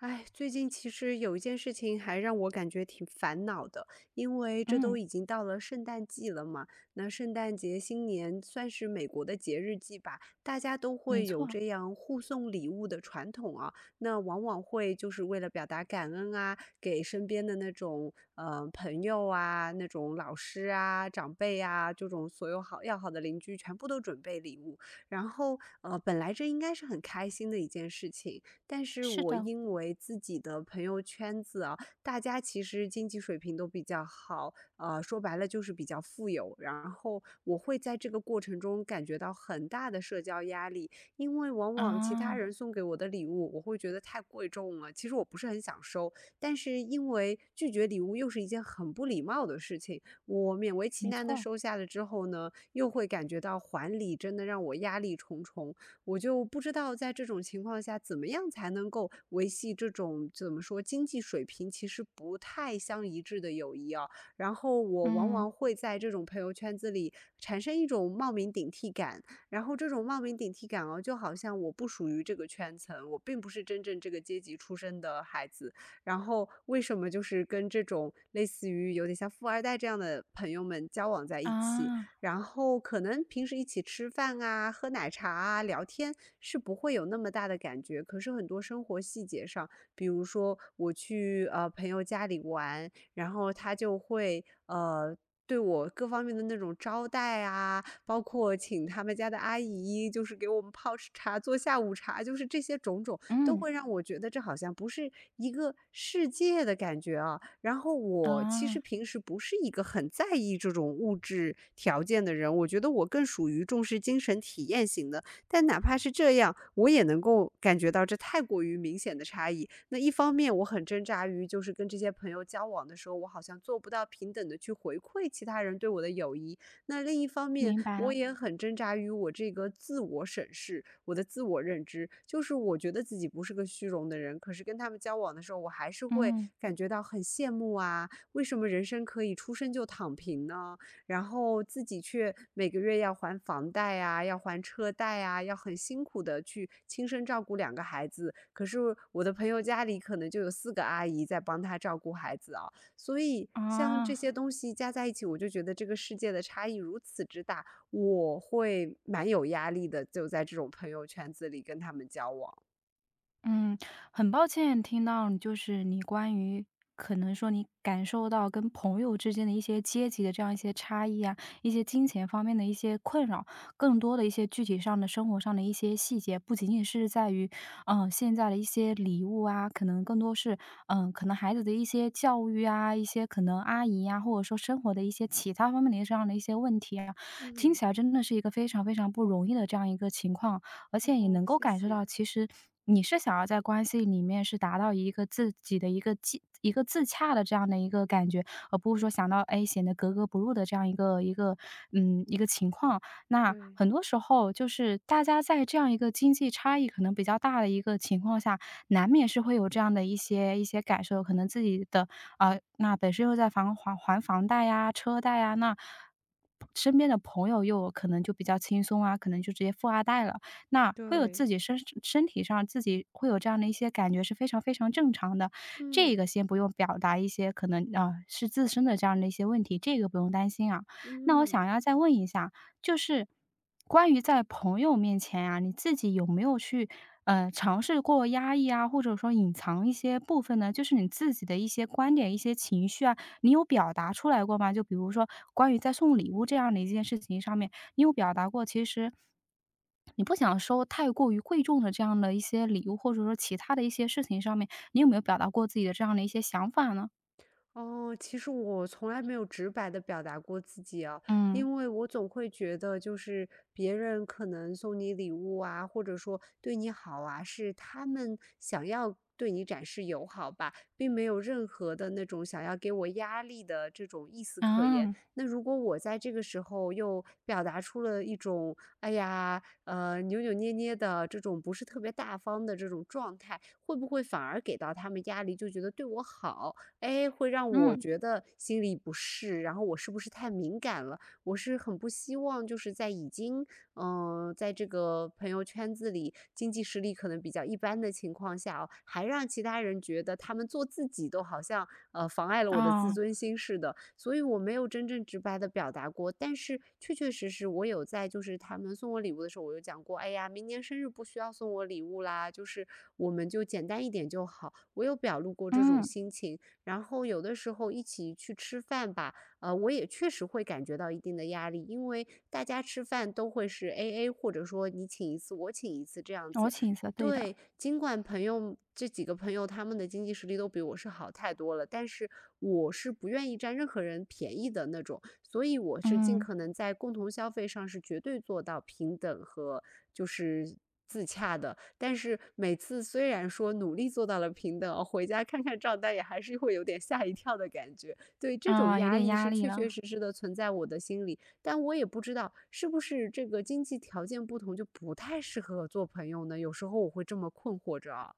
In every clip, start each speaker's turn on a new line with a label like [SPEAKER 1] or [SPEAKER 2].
[SPEAKER 1] 哎，最近其实有一件事情还让我感觉挺烦恼的，因为这
[SPEAKER 2] 嗯，
[SPEAKER 1] 都已经到了圣诞季了嘛，那圣诞节、新年算是美国的节日季吧，大家都
[SPEAKER 2] 没
[SPEAKER 1] 会有
[SPEAKER 2] 错，
[SPEAKER 1] 这样互送礼物的传统啊。那往往会就是为了表达感恩啊，给身边的那种朋友啊、那种老师啊、长辈啊，这种所有好要好的邻居，全部都准备礼物。然后本来这应该是很开心的一件事情，但是
[SPEAKER 2] 是
[SPEAKER 1] 我
[SPEAKER 2] 的，
[SPEAKER 1] 因为自己的朋友圈子啊，大家其实经济水平都比较好，说白了就是比较富有。然后我会在这个过程中感觉到很大的社交压力，因为往往其
[SPEAKER 2] 啊，
[SPEAKER 1] 他人送给我的礼物，我会觉得太贵重了，其实我不是很想收，但是因为拒绝礼物又是一件很不礼貌的事情，我勉为其
[SPEAKER 2] 没
[SPEAKER 1] 难的
[SPEAKER 2] 错，
[SPEAKER 1] 收下了之后呢，又会感觉到还礼真的让我压力重重。我就不知道在这种情况下，怎么样才能够维系这种怎么说经济水平其实不太相一致的友谊啊。然后我往
[SPEAKER 2] 嗯，
[SPEAKER 1] 往会在这种朋友圈子里产生一种冒名顶替感，然后这种冒名顶替感就好像我不属于这个圈层，我并不是真正这个阶级出身的孩子。然后为什么就是跟这种类似于有点像富二代这样的朋友们交往在一起？
[SPEAKER 2] 啊，
[SPEAKER 1] 然后可能平时一起吃饭啊、喝奶茶啊、聊天是不会有那么大的感觉，可是很多生活细节上，比如说我去朋友家里玩，然后他就会。对我各方面的那种招待啊，包括请他们家的阿姨，就是给我们泡茶、做下午茶，就是这些种种，都
[SPEAKER 2] 嗯，
[SPEAKER 1] 会让我觉得这好像不是一个世界的感觉啊。然后我其
[SPEAKER 2] 啊，
[SPEAKER 1] 实平时不是一个很在意这种物质条件的人，我觉得我更属于重视精神体验型的。但哪怕是这样，我也能够感觉到这太过于明显的差异。那一方面，我很挣扎于就是跟这些朋友交往的时候，我好像做不到平等的去回馈其他人对我的友谊。那另一方面，
[SPEAKER 2] 明白
[SPEAKER 1] 我
[SPEAKER 2] 了，
[SPEAKER 1] 也很挣扎于我这个自我审视，我的自我认知，就是我觉得自己不是个虚荣的人，可是跟他们交往的时候，我还是会
[SPEAKER 2] 嗯，
[SPEAKER 1] 感觉到很羡慕啊，为什么人生可以出生就躺平呢？然后自己却每个月要还房贷啊，要还车贷啊，要很辛苦的去亲身照顾两个孩子，可是我的朋友家里可能就有四个阿姨在帮他照顾孩子啊，所以像这
[SPEAKER 2] 啊。
[SPEAKER 1] 些东西加在一起，我就觉得这个世界的差异如此之大，我会蛮有压力的，就在这种朋友圈子里跟他们交往。
[SPEAKER 2] 嗯，很抱歉听到你关于可能说你感受到跟朋友之间的一些阶级的这样一些差异啊，一些金钱方面的一些困扰，更多的一些具体上的生活上的一些细节，不仅仅是在于，现在的一些礼物啊，可能更多是，可能孩子的一些教育啊，一些可能阿姨呀、或者说生活的一些其他方面的一些这样的一些问题啊，听
[SPEAKER 1] 嗯，
[SPEAKER 2] 起来真的是一个非常非常不容易的这样一个情况。而且也
[SPEAKER 1] 哦，
[SPEAKER 2] 能够
[SPEAKER 1] 谢
[SPEAKER 2] 感受到，
[SPEAKER 1] 谢。
[SPEAKER 2] 其实你是想要在关系里面是达到一个自己的一个自洽的这样的一个感觉，而不是
[SPEAKER 1] 嗯，
[SPEAKER 2] 说想到哎显得格格不入的这样一个情况。那
[SPEAKER 1] 对
[SPEAKER 2] 很多时候就是大家在这样一个经济差异可能比较大的一个情况下，难免是会有这样的一些感受，可能自己的那本身又在房还房贷呀、车贷呀，那身边的朋友又有可能就比较轻松啊，可能就直接富二代了。那会有
[SPEAKER 1] 对，
[SPEAKER 2] 自己身身体上自己会有这样的一些感觉是非常非常正常的。这
[SPEAKER 1] 嗯
[SPEAKER 2] 个先不用表达一些可能，是自身的这样的一些问题，这个不用担心啊。那我想
[SPEAKER 1] 嗯。
[SPEAKER 2] 要再问一下，就是关于在朋友面前啊，你自己有没有去，尝试过压抑啊，或者说隐藏一些部分呢？就是你自己的一些观点、一些情绪啊，你有表达出来过吗？就比如说关于在送礼物这样的一件事情上面，你有表达过，其实你不想收太过于贵重的这样的一些礼物，或者说其他的一些事情上面，你有没有表达过自己的这样的一些想法呢？
[SPEAKER 1] 哦，其实我从来没有直白的表达过自己啊，
[SPEAKER 2] 嗯，
[SPEAKER 1] 因为我总会觉得就是别人可能送你礼物啊，或者说对你好啊，是他们想要对你展示友好吧，并没有任何的那种想要给我压力的这种意思可言。
[SPEAKER 2] 啊，
[SPEAKER 1] 那如果我在这个时候又表达出了一种，哎呀，扭扭捏捏的这种不是特别大方的这种状态，会不会反而给到他们压力，就觉得对我好？哎，会让我
[SPEAKER 2] 嗯，
[SPEAKER 1] 觉得心里不适，然后我是不是太敏感了？我是很不希望就是在已经在这个朋友圈子里经济实力可能比较一般的情况下哦，还让其他人觉得他们做自己都好像妨碍了我的自
[SPEAKER 2] 啊，
[SPEAKER 1] 尊心似的，所以我没有真正直白的表达过，但是确确实实我有在就是他们送我礼物的时候，我有讲过，哎呀，明年生日不需要送我礼物啦，就是我们就简单一点就好，我有表露过这种
[SPEAKER 2] 嗯，
[SPEAKER 1] 心情，然后有的时候一起去吃饭吧，我也确实会感觉到一定的压力，因为大家吃饭都会是 AA，或者说你请一次我请一次这样
[SPEAKER 2] 我
[SPEAKER 1] 子，
[SPEAKER 2] 请辞，对的，
[SPEAKER 1] 对，尽管朋友这几个朋友他们的经济实力都比我是好太多了，但是我是不愿意占任何人便宜的那种，所以我是尽
[SPEAKER 2] 嗯，
[SPEAKER 1] 可能在共同消费上是绝对做到平等和就是自洽的。但是每次虽然说努力做到了平等回家看看账单也还是会有点吓一跳的感觉。对，这种
[SPEAKER 2] 啊，有
[SPEAKER 1] 压
[SPEAKER 2] 点
[SPEAKER 1] 力
[SPEAKER 2] 压
[SPEAKER 1] 是
[SPEAKER 2] 力
[SPEAKER 1] 确确
[SPEAKER 2] 了。
[SPEAKER 1] 实实的存在我的心里，但我也不知道是不是这个经济条件不同，就不太适合做朋友呢？有时候我会这么困惑着啊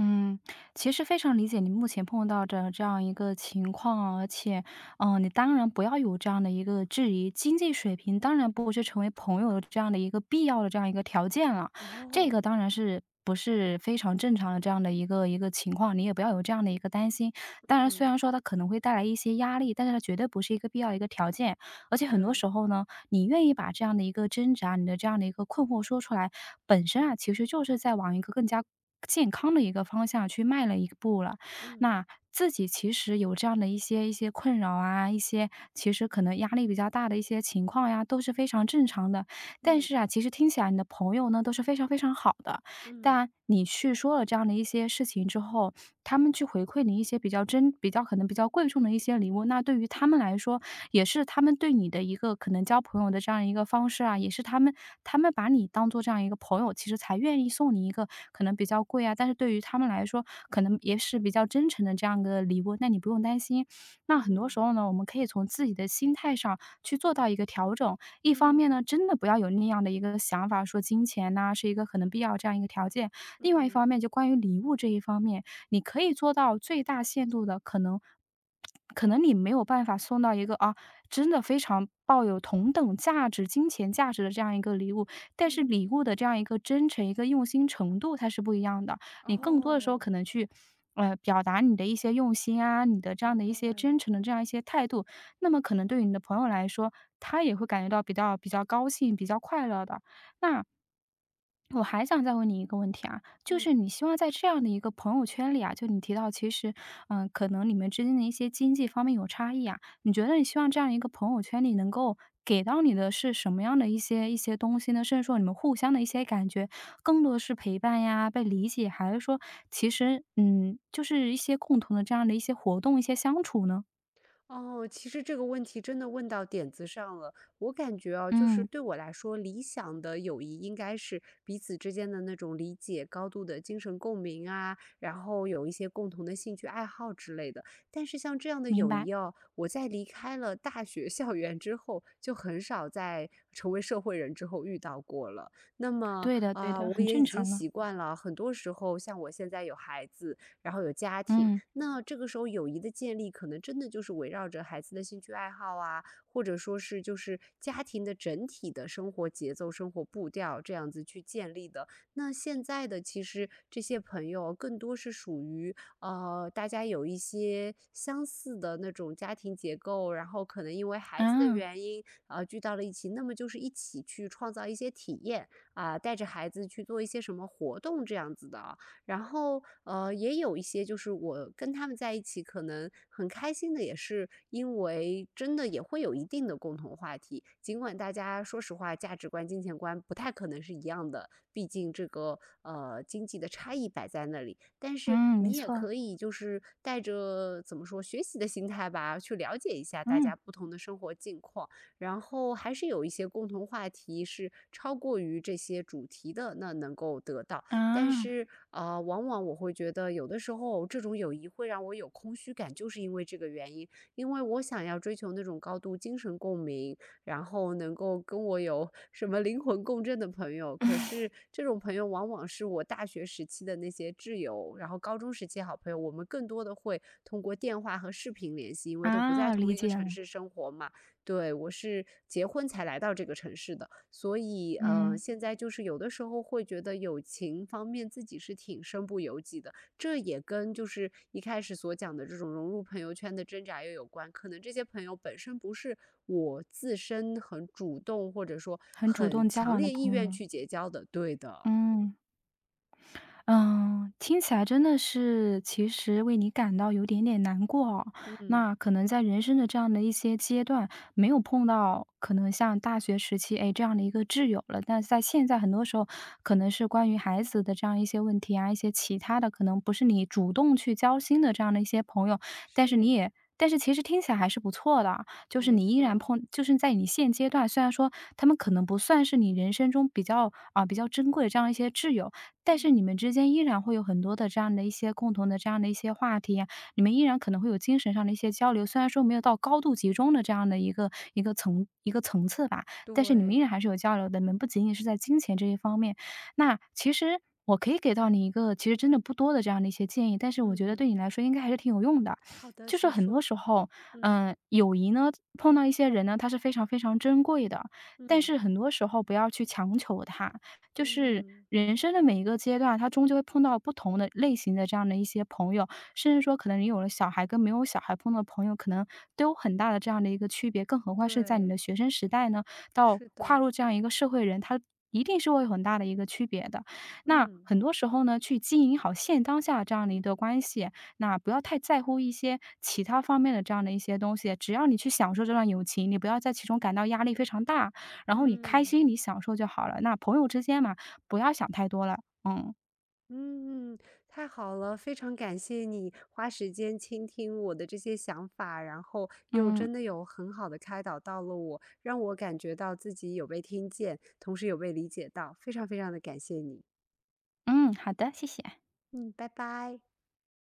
[SPEAKER 2] 嗯，其实非常理解你目前碰到的这样一个情况啊，而且，嗯，你当然不要有这样的一个质疑，经济水平当然不是成为朋友的这样的一个必要的这样一个条件了，这个
[SPEAKER 1] 哦，
[SPEAKER 2] 当然是不是非常正常的这样的一个情况，你也不要有这样的一个担心。当然，虽
[SPEAKER 1] 嗯，
[SPEAKER 2] 然说它可能会带来一些压力，但是它绝对不是一个必要的一个条件，而且很多
[SPEAKER 1] 对，
[SPEAKER 2] 时候呢，你愿意把这样的一个挣扎，你的这样的一个困惑说出来，本身啊，其实就是在往一个更加健康的一个方向去迈了一步了。
[SPEAKER 1] 嗯
[SPEAKER 2] 那自己其实有这样的一些困扰啊，一些其实可能压力比较大的一些情况呀，都是非常正常的。但
[SPEAKER 1] 嗯
[SPEAKER 2] 是啊，其实听起来你的朋友呢都是非常非常好的，
[SPEAKER 1] 嗯
[SPEAKER 2] 但你去说了这样的一些事情之后，他们去回馈你一些比较真、比较可能比较贵重的一些礼物，那对于他们来说，也是他们对你的一个可能交朋友的这样一个方式啊，也是他们把你当做这样一个朋友，其实才愿意送你一个可能比较贵啊，但是对于他们来说，可能也是比较真诚的这样一个礼物，那你不用担心。那很多时
[SPEAKER 1] 嗯
[SPEAKER 2] 候呢，我们可以从自己的心态上去做到一个调整，一方
[SPEAKER 1] 嗯
[SPEAKER 2] 面呢，真的不要有那样的一个想法，说金钱呐、是一个可能必要这样一个条件。
[SPEAKER 1] 嗯
[SPEAKER 2] 另外一方
[SPEAKER 1] 嗯
[SPEAKER 2] 面，就关于礼物这一方面，你可以做到最大限度的可能。可能你没有办法送到一个啊，真的非常抱有同等价值、金钱价值的这样一个礼物，但是
[SPEAKER 1] 嗯，
[SPEAKER 2] 礼物的这样一个真诚、一个用心程度，它是不一样的。你更多的时候
[SPEAKER 1] 哦，
[SPEAKER 2] 可能去，表达你的一些用心啊，你的这样
[SPEAKER 1] 明
[SPEAKER 2] 的一
[SPEAKER 1] 白
[SPEAKER 2] 些
[SPEAKER 1] 了，
[SPEAKER 2] 真诚的这样一些态度，那么可能对于你的朋友来说，他也会感觉到比较高兴、比较快乐的。那我还想再问你一个问题啊，就是
[SPEAKER 1] 嗯。
[SPEAKER 2] 你希望在这样的一个朋友圈里啊，就你提到其实，嗯，可能你们之间的一些经济方面有差异啊，你觉得你希望这样一个朋友圈里能够给到你的是什么样的一些东西呢？甚至说你们互相的一些感觉，更多的是陪伴呀、被理解，还是说其实嗯，就是一些共同的这样的一些活动、一些相处呢？
[SPEAKER 1] 哦，其实这个问题真的问到点子上了。我感觉啊，就是
[SPEAKER 2] 嗯，
[SPEAKER 1] 对我来说，理想的友谊应该是彼此之间的那种理解、高度的精神共鸣啊，然后有一些共同的兴趣爱好之类的。但是像这样的
[SPEAKER 2] 明
[SPEAKER 1] 友
[SPEAKER 2] 白。
[SPEAKER 1] 谊哦，我在离开了大学 校园之后，就很少在成为社会人之后遇到过了。那么
[SPEAKER 2] 对的对
[SPEAKER 1] 啊，
[SPEAKER 2] 的，
[SPEAKER 1] 我
[SPEAKER 2] 很
[SPEAKER 1] 也已
[SPEAKER 2] 正
[SPEAKER 1] 经
[SPEAKER 2] 常了。
[SPEAKER 1] 习惯了，很多时候像我现在有孩子，然后有家庭。
[SPEAKER 2] 嗯，
[SPEAKER 1] 那这个时候友谊的建立，可能真的就是围绕着孩子的兴趣爱好啊，或者说是就是家庭的整体的生活节奏、生活步调这样子去建立的。那现在的其实这些朋友更多是属于大家有一些相似的那种家庭结构，然后可能因为孩子的
[SPEAKER 2] 啊，
[SPEAKER 1] 原因，聚到了一起，那么就是一起去创造一些体验啊、带着孩子去做一些什么活动这样子的啊然后，也有一些就是我跟他们在一起可能很开心的，也是因为真的也会有一定的共同话题，尽管大家说实话价值观、金钱观不太可能是一样的，毕竟这个经济的差异摆在那里，但是
[SPEAKER 2] 嗯，没
[SPEAKER 1] 你也
[SPEAKER 2] 错，
[SPEAKER 1] 可以就是带着怎么说学习的心态吧，去了解一下大
[SPEAKER 2] 嗯，
[SPEAKER 1] 家不同的生活境况，然后还是有一些共同话题是超过于这些主题的，那能够得到。但
[SPEAKER 2] 啊，
[SPEAKER 1] 是往往我会觉得有的时候这种友谊会让我有空虚感，就是因为这个原因，因为我想要追求那种高度精神共鸣，然后能够跟我有什么灵魂共振的朋友，可是这种朋友往往是我大学时期的那些挚友，然后高中时期好朋友，我们更多的会通过电话和视频联系，因为都不在
[SPEAKER 2] 啊，
[SPEAKER 1] 同
[SPEAKER 2] 理
[SPEAKER 1] 一个
[SPEAKER 2] 解
[SPEAKER 1] 城
[SPEAKER 2] 了，
[SPEAKER 1] 市生活嘛。对，我是结婚才来到这个城市的，所以
[SPEAKER 2] 嗯，
[SPEAKER 1] 现在就是有的时候会觉得友情方面自己是挺身不由己的，这也跟就是一开始所讲的这种融入朋友圈的挣扎又有关。可能这些朋友本身不是我自身很主动或者说
[SPEAKER 2] 很主
[SPEAKER 1] 很
[SPEAKER 2] 动交
[SPEAKER 1] 强
[SPEAKER 2] 往的
[SPEAKER 1] 烈意
[SPEAKER 2] 朋
[SPEAKER 1] 愿
[SPEAKER 2] 友，
[SPEAKER 1] 去结交的，对的，
[SPEAKER 2] 嗯。嗯，听起来真的是其实为你感到有点点难过哦。
[SPEAKER 1] 嗯，
[SPEAKER 2] 那可能在人生的这样的一些阶段，没有碰到可能像大学时期，哎，这样的一个挚友了。但是在现在很多时候，可能是关于孩子的这样一些问题啊，一些其他的，可能不是你主动去交心的这样的一些朋友，但是
[SPEAKER 1] 是
[SPEAKER 2] 其实听起来还是不错的啊就是
[SPEAKER 1] 没
[SPEAKER 2] 你依然
[SPEAKER 1] 错，
[SPEAKER 2] 碰就是在你现阶段，虽然说他们可能不算是你人生中比较啊，比较珍贵的这样一些挚友，但是你
[SPEAKER 1] 嗯，
[SPEAKER 2] 们之间依然会有很多的这样的一些共同的这样的一些话题呀，你们依然可能会有精神上的一些交流，虽然说没有到高度集中的这样的一个层次吧，但是你们依
[SPEAKER 1] 对，
[SPEAKER 2] 然还是有交流的，你们不仅仅是在金钱这一方面。那其实我可以给到你一个其实真的不多的这样的一些建议，但是我
[SPEAKER 1] 嗯
[SPEAKER 2] 觉得
[SPEAKER 1] 哼，
[SPEAKER 2] 对你来说应该还是挺有用的。
[SPEAKER 1] 好的，
[SPEAKER 2] 就是
[SPEAKER 1] 请
[SPEAKER 2] 很多
[SPEAKER 1] 说，
[SPEAKER 2] 时候，
[SPEAKER 1] 嗯
[SPEAKER 2] 嗯，友谊呢，碰到一些人呢，他是非常非常珍贵的，但
[SPEAKER 1] 嗯
[SPEAKER 2] 是很多时候不要去强求他。就是
[SPEAKER 1] 嗯，
[SPEAKER 2] 人生的每一个阶段，他终究会碰到不同的类型的这样的一些朋友，甚至说可能你有了小孩跟没有小孩碰到的朋友，可能都有很大的这样的一个区别，更何况是在你的
[SPEAKER 1] 对。
[SPEAKER 2] 学生时代呢，到
[SPEAKER 1] 是
[SPEAKER 2] 跨
[SPEAKER 1] 的，
[SPEAKER 2] 入这样一个社会人，他一定是会有很大的一个区别的。那
[SPEAKER 1] 嗯
[SPEAKER 2] 很多时候呢，去经营好现当下这样的一个关系，那不要太在乎一些其他方面的这样的一些东西，只要你去享受这段友情，你不要在其中感到压力非常大，然后你开
[SPEAKER 1] 嗯
[SPEAKER 2] 心你享受就好了。那朋友之间嘛，不要想太多了。嗯。
[SPEAKER 1] 嗯，嗯，太好了，非常感谢你花时间倾听我的这些想法，然后又
[SPEAKER 2] 嗯
[SPEAKER 1] 真的有很好的开导到了我，让我感觉到自己有被听见，同时有被理解到，非常非常的感谢你。
[SPEAKER 2] 嗯，好的，谢谢。
[SPEAKER 1] 嗯，拜拜。